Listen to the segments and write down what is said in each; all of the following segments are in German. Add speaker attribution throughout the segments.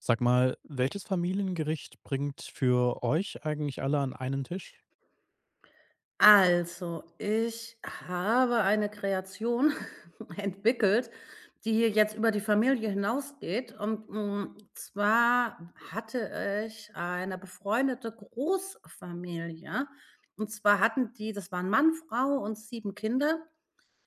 Speaker 1: Sag mal, welches Familiengericht bringt für euch eigentlich alle an einen Tisch?
Speaker 2: Also, ich habe eine Kreation entwickelt, die jetzt über die Familie hinausgeht. Und zwar hatte ich eine befreundete Großfamilie. Und zwar, hatten die das waren Mann, Frau und 7 Kinder.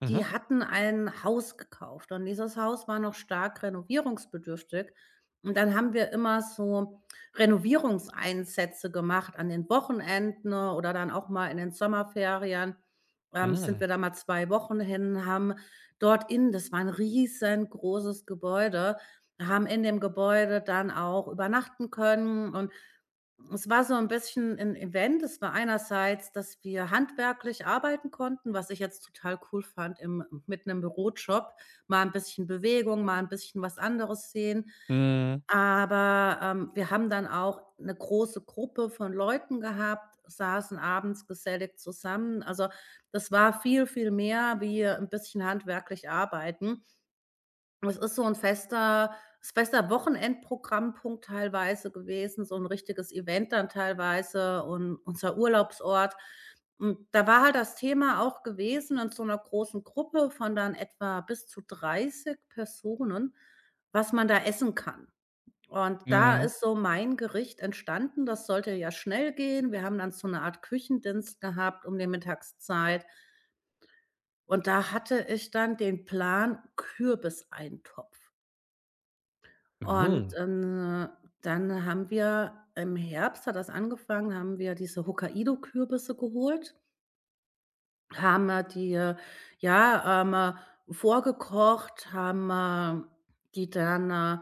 Speaker 1: Mhm.
Speaker 2: Die hatten ein Haus gekauft und dieses Haus war noch stark renovierungsbedürftig. Und dann haben wir immer so Renovierungseinsätze gemacht an den Wochenenden oder dann auch mal in den Sommerferien. Sind
Speaker 1: Mhm.
Speaker 2: wir da mal 2 Wochen hin, haben dort in das war ein riesengroßes Gebäude, haben in dem Gebäude dann auch übernachten können, und es war so ein bisschen ein Event. Es war einerseits, dass wir handwerklich arbeiten konnten, was ich jetzt total cool fand im mit einem Bürojob. Mal ein bisschen Bewegung, mal ein bisschen was anderes sehen.
Speaker 1: Mhm.
Speaker 2: Aber wir haben dann auch eine große Gruppe von Leuten gehabt, saßen abends gesellig zusammen. Also, das war viel, viel mehr wie ein bisschen handwerklich arbeiten. Es ist so ein fester Wochenendprogrammpunkt teilweise gewesen, so ein richtiges Event dann teilweise und unser Urlaubsort. Und da war halt das Thema auch gewesen in so einer großen Gruppe von dann etwa bis zu 30 Personen, was man da essen kann. Und da
Speaker 1: Mhm.
Speaker 2: ist so mein Gericht entstanden. Das sollte ja schnell gehen. Wir haben dann so eine Art Küchendienst gehabt um die Mittagszeit, und da hatte ich dann den Plan: Kürbiseintopf. Und
Speaker 1: Mhm.
Speaker 2: dann, haben wir im Herbst hat das angefangen, haben wir diese Hokkaido-Kürbisse geholt, haben wir die ja vorgekocht, haben die dann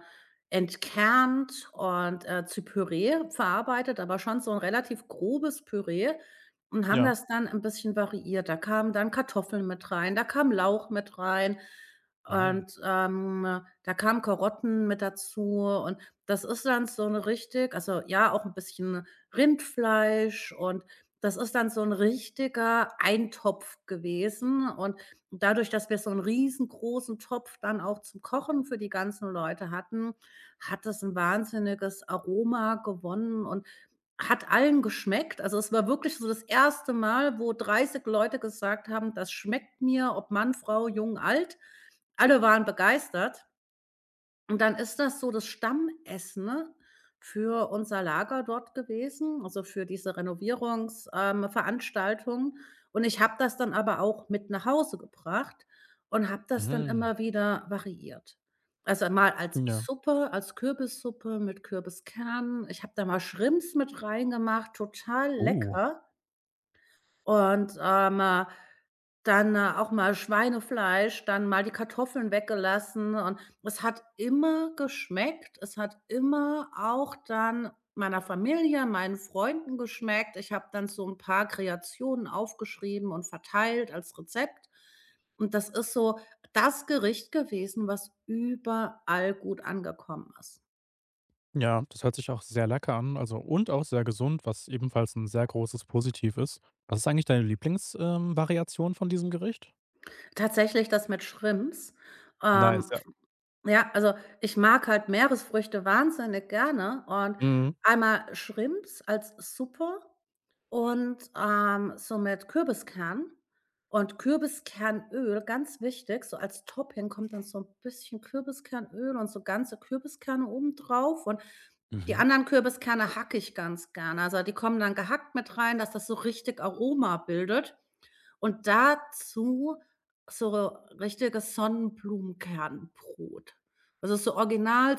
Speaker 2: entkernt und zu Püree verarbeitet, aber schon so ein relativ grobes Püree, und haben
Speaker 1: Ja.
Speaker 2: das dann ein bisschen variiert. Da kamen dann Kartoffeln mit rein, da kam Lauch mit rein,
Speaker 1: Mhm.
Speaker 2: und da kamen Karotten mit dazu. Und das ist dann so eine richtig, also, ja, auch ein bisschen Rindfleisch, und das ist dann so ein richtiger Eintopf gewesen. Und dadurch, dass wir so einen riesengroßen Topf dann auch zum Kochen für die ganzen Leute hatten, hat das ein wahnsinniges Aroma gewonnen und hat allen geschmeckt. Also, es war wirklich so das erste Mal, wo 30 Leute gesagt haben: „Das schmeckt mir", ob Mann, Frau, jung, alt. Alle waren begeistert. Und dann ist das so das Stammessen, ne, für unser Lager dort gewesen, also für diese Renovierungs Veranstaltung. Und ich habe das dann aber auch mit nach Hause gebracht und habe das dann
Speaker 1: Mhm.
Speaker 2: immer wieder variiert. Also mal als
Speaker 1: Ja.
Speaker 2: Suppe, als Kürbissuppe mit Kürbiskernen. Ich habe da mal Shrimps mit reingemacht, total
Speaker 1: Uh.
Speaker 2: lecker. Und dann auch mal Schweinefleisch, dann mal die Kartoffeln weggelassen, und es hat immer geschmeckt. Es hat immer auch dann meiner Familie, meinen Freunden geschmeckt. Ich habe dann so ein paar Kreationen aufgeschrieben und verteilt als Rezept. Und das ist so das Gericht gewesen, was überall gut angekommen ist.
Speaker 1: Ja, das hört sich auch sehr lecker an, also, und auch sehr gesund, was ebenfalls ein sehr großes Positiv ist. Was ist eigentlich deine Lieblingsvariation Variation von diesem Gericht?
Speaker 2: Tatsächlich das mit Shrimps,
Speaker 1: Nice,
Speaker 2: ähm,
Speaker 1: ja.
Speaker 2: ja, also, ich mag halt Meeresfrüchte wahnsinnig gerne, und
Speaker 1: Mhm.
Speaker 2: einmal Shrimps als Suppe und so mit Kürbiskern und Kürbiskernöl, ganz wichtig, so als Topping kommt dann so ein bisschen Kürbiskernöl und so ganze Kürbiskerne oben drauf, und die
Speaker 1: Mhm.
Speaker 2: anderen Kürbiskerne hacke ich ganz gerne. Also, die kommen dann gehackt mit rein, dass das so richtig Aroma bildet, und dazu so richtiges Sonnenblumenkernbrot. Also so original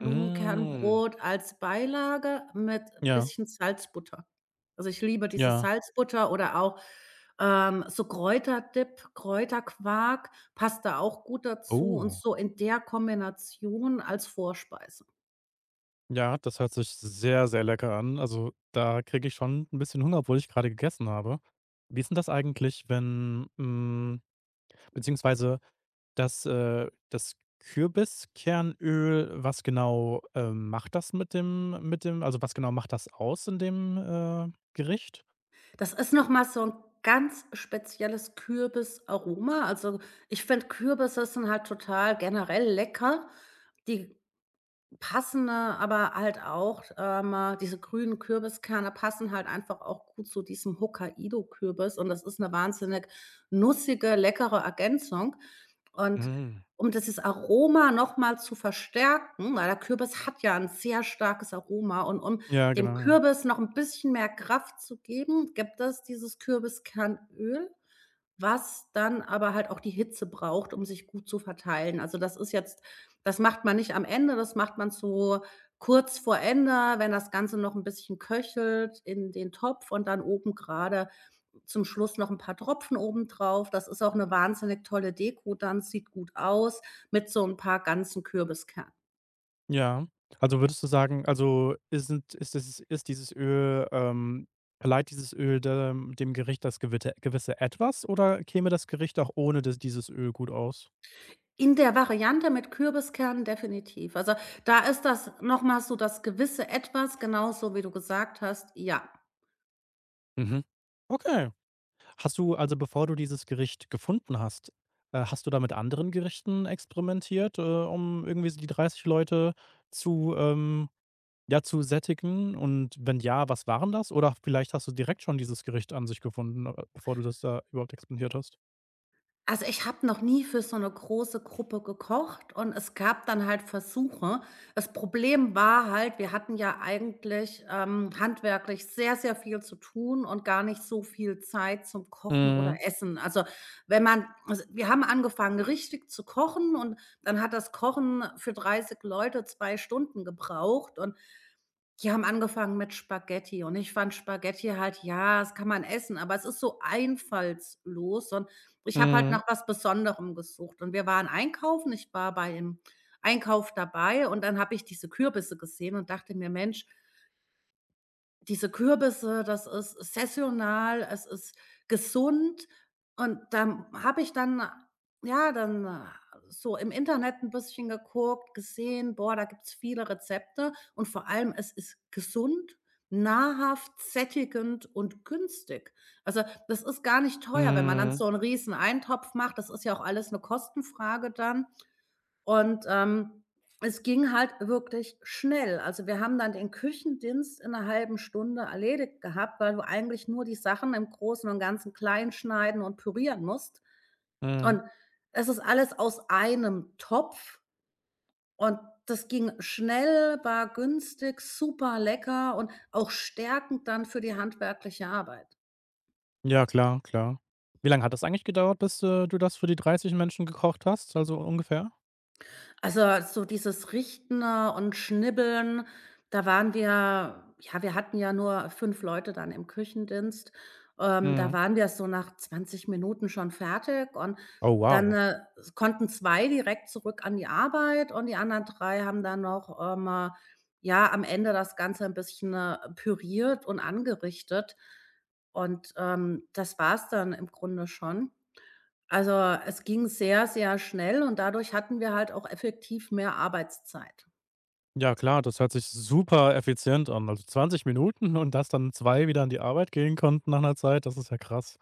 Speaker 1: Mhm.
Speaker 2: als Beilage mit ein
Speaker 1: Ja,
Speaker 2: bisschen Salzbutter. Also, ich liebe diese
Speaker 1: ja.
Speaker 2: Salzbutter oder auch so Kräuterdip, Kräuterquark passt da auch gut dazu, und
Speaker 1: Oh.
Speaker 2: so in der Kombination als Vorspeise.
Speaker 1: Ja, das hört sich sehr, sehr lecker an. Also, da kriege ich schon ein bisschen Hunger, obwohl ich gerade gegessen habe. Wie ist denn das eigentlich, wenn beziehungsweise das Kürbiskernöl, was genau, macht das mit dem also, was genau macht das aus in dem Gericht?
Speaker 2: Das ist noch mal so ein ganz spezielles Kürbisaroma. Also, ich finde, Kürbisse sind halt total generell lecker. Die Passende, aber halt auch diese grünen Kürbiskerne passen halt einfach auch gut zu diesem Hokkaido-Kürbis, und das ist eine wahnsinnig nussige, leckere Ergänzung. Und
Speaker 1: Mhm.
Speaker 2: um dieses Aroma noch mal zu verstärken, weil der Kürbis hat ja ein sehr starkes Aroma, und um
Speaker 1: Ja,
Speaker 2: dem
Speaker 1: genau, ja.
Speaker 2: Kürbis noch ein bisschen mehr Kraft zu geben, gibt es dieses Kürbiskernöl, was dann aber halt auch die Hitze braucht, um sich gut zu verteilen. Also, das ist jetzt das macht man nicht am Ende, das macht man so kurz vor Ende, wenn das Ganze noch ein bisschen köchelt in den Topf, und dann oben gerade zum Schluss noch ein paar Tropfen oben drauf. Das ist auch eine wahnsinnig tolle Deko dann, sieht gut aus mit so ein paar ganzen Kürbiskernen.
Speaker 1: Ja. Also, würdest du sagen also, ist sind ist es ist dieses Öl verleiht dieses Öl dem dem Gericht das gewisse gewisse Etwas, oder käme das Gericht auch ohne das dieses Öl gut aus?
Speaker 2: In der Variante mit Kürbiskernen definitiv. Also, da ist das noch mal so das gewisse Etwas, genauso wie du gesagt hast, ja.
Speaker 1: Mhm. Okay. Hast du also, bevor du dieses Gericht gefunden hast, hast du da mit anderen Gerichten experimentiert, um irgendwie so die 30 Leute zu, ja, zu sättigen? Und wenn ja, was waren das? Oder vielleicht hast du direkt schon dieses Gericht an sich gefunden, bevor du das da überhaupt experimentiert hast?
Speaker 2: Also, ich habe noch nie für so eine große Gruppe gekocht, und es gab dann halt Versuche. Das Problem war halt, wir hatten ja eigentlich handwerklich sehr, sehr viel zu tun und gar nicht so viel Zeit zum Kochen
Speaker 1: Mhm.
Speaker 2: oder Essen. Also, wenn man also, wir haben angefangen, richtig zu kochen, und dann hat das Kochen für 30 Leute 2 Stunden gebraucht, und die haben angefangen mit Spaghetti, und ich fand Spaghetti halt, ja, das kann man essen, aber es ist so einfallslos, und ich habe halt
Speaker 1: Mhm,
Speaker 2: nach was Besonderem gesucht, und wir waren einkaufen. Ich war bei dem Einkauf dabei, und dann habe ich diese Kürbisse gesehen und dachte mir: „Mensch, diese Kürbisse, das ist saisonal, es ist gesund". Und dann habe ich dann ja, dann so im Internet ein bisschen geguckt, gesehen, boah, da gibt's viele Rezepte, und vor allem es ist gesund, nahrhaft, sättigend und günstig. Also, das ist gar nicht teuer, wenn man dann
Speaker 1: mhm,
Speaker 2: so einen Riesen-Eintopf macht. Das ist ja auch alles eine Kostenfrage dann. Und es ging halt wirklich schnell. Also, wir haben dann den Küchendienst in einer halben Stunde erledigt gehabt, weil du eigentlich nur die Sachen im Großen und Ganzen klein schneiden und pürieren musst.
Speaker 1: mhm.
Speaker 2: Und es ist alles aus einem Topf, und das ging schnell, war günstig, super lecker und auch stärkend dann für die handwerkliche Arbeit.
Speaker 1: Ja, klar, klar. Wie lange hat das eigentlich gedauert, bis, du das für die 30 Menschen gekocht hast, also ungefähr?
Speaker 2: Also, so dieses Richten und Schnibbeln, da waren wir, ja, wir hatten ja nur 5 Leute dann im Küchendienst. Da
Speaker 1: Mhm.
Speaker 2: waren wir so nach 20 Minuten schon fertig, und
Speaker 1: Oh,
Speaker 2: dann
Speaker 1: wow.
Speaker 2: konnten 2 direkt zurück an die Arbeit, und die anderen 3 haben dann noch ja, am Ende das Ganze ein bisschen püriert und angerichtet. Und das war's dann im Grunde schon. Also, es ging sehr, sehr schnell, und dadurch hatten wir halt auch effektiv mehr Arbeitszeit.
Speaker 1: Ja klar, das hört sich super effizient an. Also 20 Minuten, und dass dann 2 wieder an die Arbeit gehen konnten nach einer Zeit, das ist ja krass.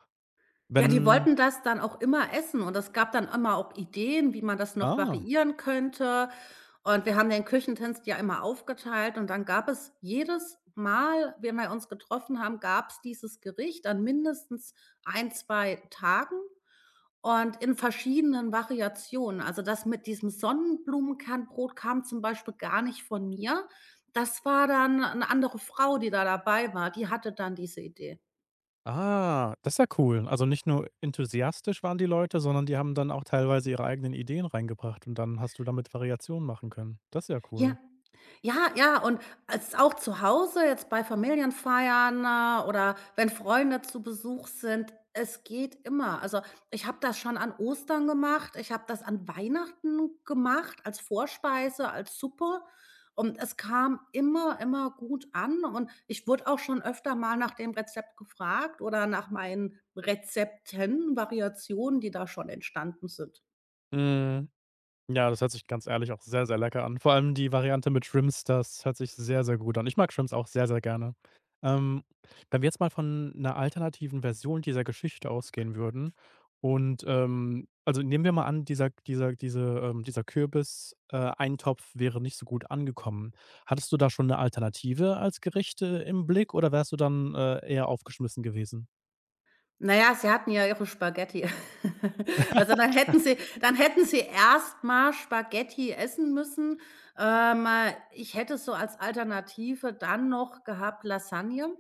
Speaker 2: Ja, die
Speaker 1: Wenn
Speaker 2: wollten das dann auch immer essen, und es gab dann immer auch Ideen, wie man das noch
Speaker 1: ah,
Speaker 2: variieren könnte. Und wir haben den Küchentisch ja immer aufgeteilt, und dann gab es jedes Mal, wenn wir uns getroffen haben, gab es dieses Gericht an mindestens ein 2 Tagen. Und in verschiedenen Variationen. Also, das mit diesem Sonnenblumenkernbrot kam zum Beispiel gar nicht von mir. Das war dann 'ne andere Frau, die da dabei war, die hatte dann diese Idee.
Speaker 1: ah, das ist ja cool. Also nicht nur enthusiastisch waren die Leute, sondern die haben dann auch teilweise ihre eigenen Ideen reingebracht und dann hast du damit Variationen machen können. Das ist ja
Speaker 2: Ja.
Speaker 1: cool.
Speaker 2: Ja, ja, und als auch zu Hause, jetzt bei Familienfeiern oder wenn Freunde zu Besuch sind, es geht immer. Also, ich habe das schon an Ostern gemacht, ich habe das an Weihnachten gemacht als Vorspeise, als Suppe, und es kam immer, immer gut an, und ich wurde auch schon öfter mal nach dem Rezept gefragt oder nach meinen Rezepten, Variationen, die da schon entstanden sind.
Speaker 1: Mhm. Ja, das hört sich ganz ehrlich auch sehr, sehr lecker an. Vor allem die Variante mit Shrimps, das hört sich sehr, sehr gut an. Ich mag Shrimps auch sehr, sehr gerne. Ähm, Wenn wir jetzt mal von einer alternativen Version dieser Geschichte ausgehen würden und, also, nehmen wir mal an, dieser Kürbis Eintopf wäre nicht so gut angekommen. Hattest du da schon eine Alternative als Gericht, im Blick, oder wärst du dann, eher aufgeschmissen gewesen?
Speaker 2: Na ja, sie hatten ja ihre Spaghetti. Also, dann hätten sie erstmal Spaghetti essen müssen. Ähm, Ich hätte so als Alternative dann noch gehabt: Lasagne.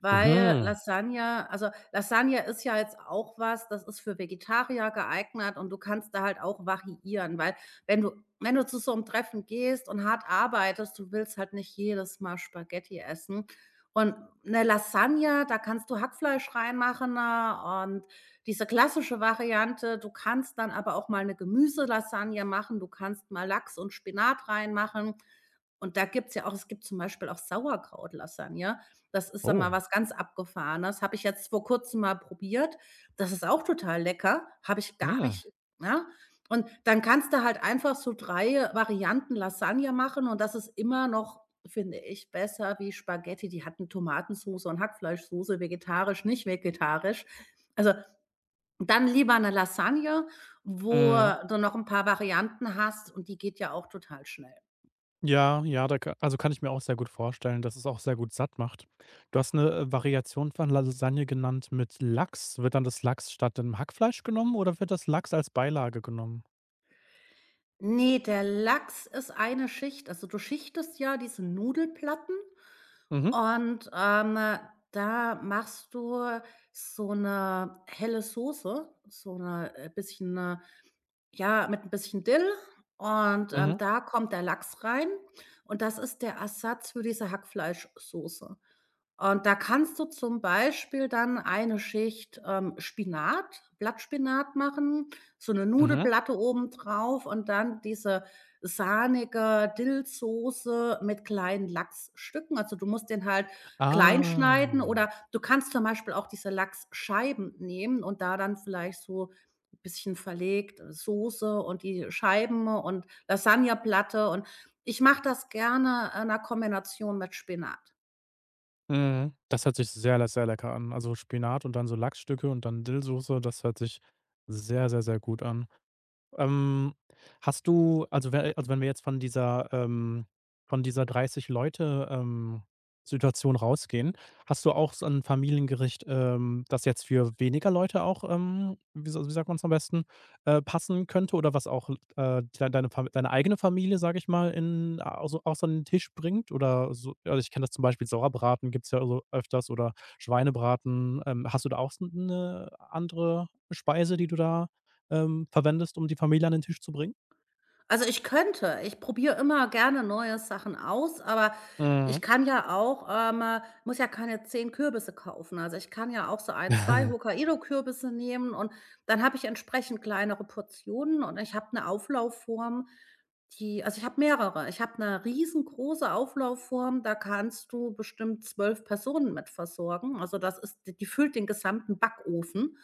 Speaker 2: Weil
Speaker 1: Mhm.
Speaker 2: Lasagne, also, Lasagne ist ja jetzt auch was, das ist für Vegetarier geeignet, und du kannst da halt auch variieren, weil, wenn du wenn du zu so einem Treffen gehst und hart arbeitest, du willst halt nicht jedes Mal Spaghetti essen. Und 'ne Lasagne, da kannst du Hackfleisch reinmachen und diese klassische Variante. Du kannst dann aber auch mal eine Gemüselasagne machen, du kannst mal Lachs und Spinat reinmachen. Und da gibt's ja auch es gibt zum Beispiel auch Sauerkraut-Lasagne, ja? Das ist dann mal
Speaker 1: Oh.
Speaker 2: was ganz Abgefahrenes. Habe ich jetzt vor Kurzem mal probiert. Das ist auch total lecker. Habe ich gar
Speaker 1: Mhm.
Speaker 2: nicht, ne? Und dann kannst du halt einfach so 3 Varianten Lasagne machen, und das ist immer noch, finde ich, besser wie Spaghetti. Die hatten Tomatensoße und Hackfleischsoße, vegetarisch, nicht vegetarisch. Also, dann lieber eine Lasagne, wo
Speaker 1: Mhm.
Speaker 2: du noch ein paar Varianten hast, und die geht ja auch total schnell.
Speaker 1: Ja, ja, da ka also, kann ich mir auch sehr gut vorstellen, dass es auch sehr gut satt macht. Du hast eine Variation von Lasagne genannt mit Lachs. Wird dann das Lachs statt dem Hackfleisch genommen oder wird das Lachs als Beilage genommen?
Speaker 2: Nee, der Lachs ist eine Schicht. Also, du schichtest ja diese Nudelplatten,
Speaker 1: Mhm,
Speaker 2: und da machst du so eine helle Soße, so 'ne bisschen ja, mit ein bisschen Dill, und
Speaker 1: mhm,
Speaker 2: da kommt der Lachs rein, und das ist der Ersatz für diese Hackfleischsoße. Und da kannst du zum Beispiel dann eine Schicht Spinat Blattspinat machen, so eine
Speaker 1: mhm.
Speaker 2: Nudelplatte obendrauf, und dann diese sahnige Dillsoße mit kleinen Lachsstücken. Also, du musst den halt klein
Speaker 1: Ah.
Speaker 2: schneiden, oder du kannst zum Beispiel auch diese Lachsscheiben nehmen und da dann vielleicht so ein bisschen verlegt Soße und die Scheiben und Lasagneplatte, und ich mache das gerne in 'ner Kombination mit Spinat.
Speaker 1: Mhm. Das hört sich sehr lecker an. Also, Spinat und dann so Lachsstücke und dann Dillsoße, das hört sich sehr, sehr, sehr gut an. Ähm, hast du also, we also, wenn wir jetzt von dieser 30 Leute, Situation rausgehen, hast du auch so ein Familiengericht, das jetzt für weniger Leute auch, wie sa wie sagt man's am besten, passen könnte, oder was auch, deine Fam deine eigene Familie, sage ich mal, in au so auf so einen Tisch bringt oder so also, ich kenne das zum Beispiel, Sauerbraten gibt's ja so öfters oder Schweinebraten. Hast du da auch so eine andere Speise, die du da verwendest, um die Familie an den Tisch zu bringen?
Speaker 2: Also, ich probiere immer gerne neue Sachen aus, aber
Speaker 1: Mhm.
Speaker 2: ich kann ja auch, muss ja keine 10 Kürbisse kaufen. Also, ich kann ja auch so ein, 2 Hokkaido-Kürbisse nehmen, und dann habe ich entsprechend kleinere Portionen, und ich habe eine Auflaufform, die, also, ich habe mehrere. Ich habe eine riesengroße Auflaufform, da kannst du bestimmt 12 Personen mit versorgen. Also, das ist die, die füllt den gesamten Backofen.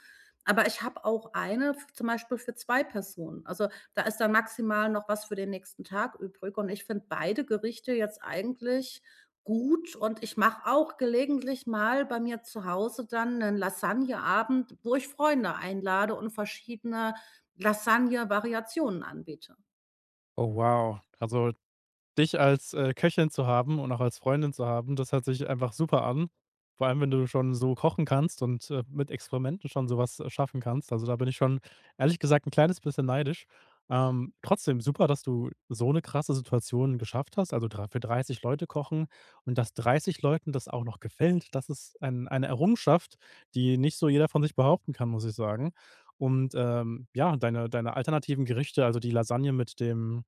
Speaker 2: Aber ich habe auch eine f zum Beispiel für 2 Personen. Also, da ist dann maximal noch was für den nächsten Tag übrig, und ich finde beide Gerichte jetzt eigentlich gut, und ich mache auch gelegentlich mal bei mir zu Hause dann einen Lasagneabend, wo ich Freunde einlade und verschiedene Lasagne-Variationen anbiete.
Speaker 1: Oh wow. Also, dich als, Köchin zu haben und auch als Freundin zu haben, das hört sich einfach super an. Vor allem, wenn du schon so kochen kannst und, mit Experimenten schon sowas was schaffen kannst. Also, da bin ich schon ehrlich gesagt ein kleines bisschen neidisch. Trotzdem super, dass du so eine krasse Situation geschafft hast, also drei für 30 Leute kochen und dass 30 Leuten das auch noch gefällt. Das ist eine Errungenschaft, die nicht so jeder von sich behaupten kann, muss ich sagen. Und, ja, deine alternativen Gerichte, also die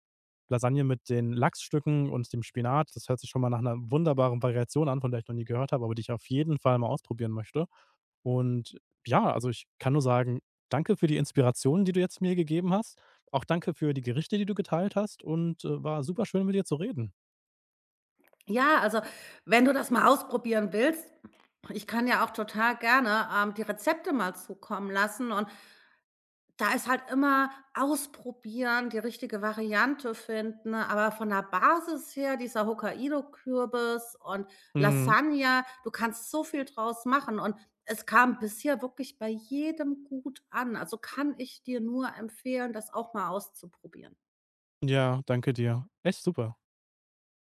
Speaker 1: Lasagne mit den Lachsstücken und dem Spinat. Das hört sich schon mal nach einer wunderbaren Variation an, von der ich noch nie gehört habe, aber die ich auf jeden Fall mal ausprobieren möchte. Und ja, also, ich kann nur sagen, danke für die Inspirationen, die du jetzt mir gegeben hast. Auch danke für die Gerichte, die du geteilt hast und, war super schön mit dir zu reden.
Speaker 2: Ja, also, wenn du das mal ausprobieren willst, ich kann ja auch total gerne die Rezepte mal zukommen lassen. Und da ist halt immer ausprobieren, die richtige Variante finden, ne? Aber von der Basis her, dieser Hokkaido-Kürbis und
Speaker 1: Mhm.
Speaker 2: Lasagne, du kannst so viel draus machen, und es kam bisher wirklich bei jedem gut an. Also, kann ich dir nur empfehlen, das auch mal auszuprobieren.
Speaker 1: Ja, danke dir. Echt super.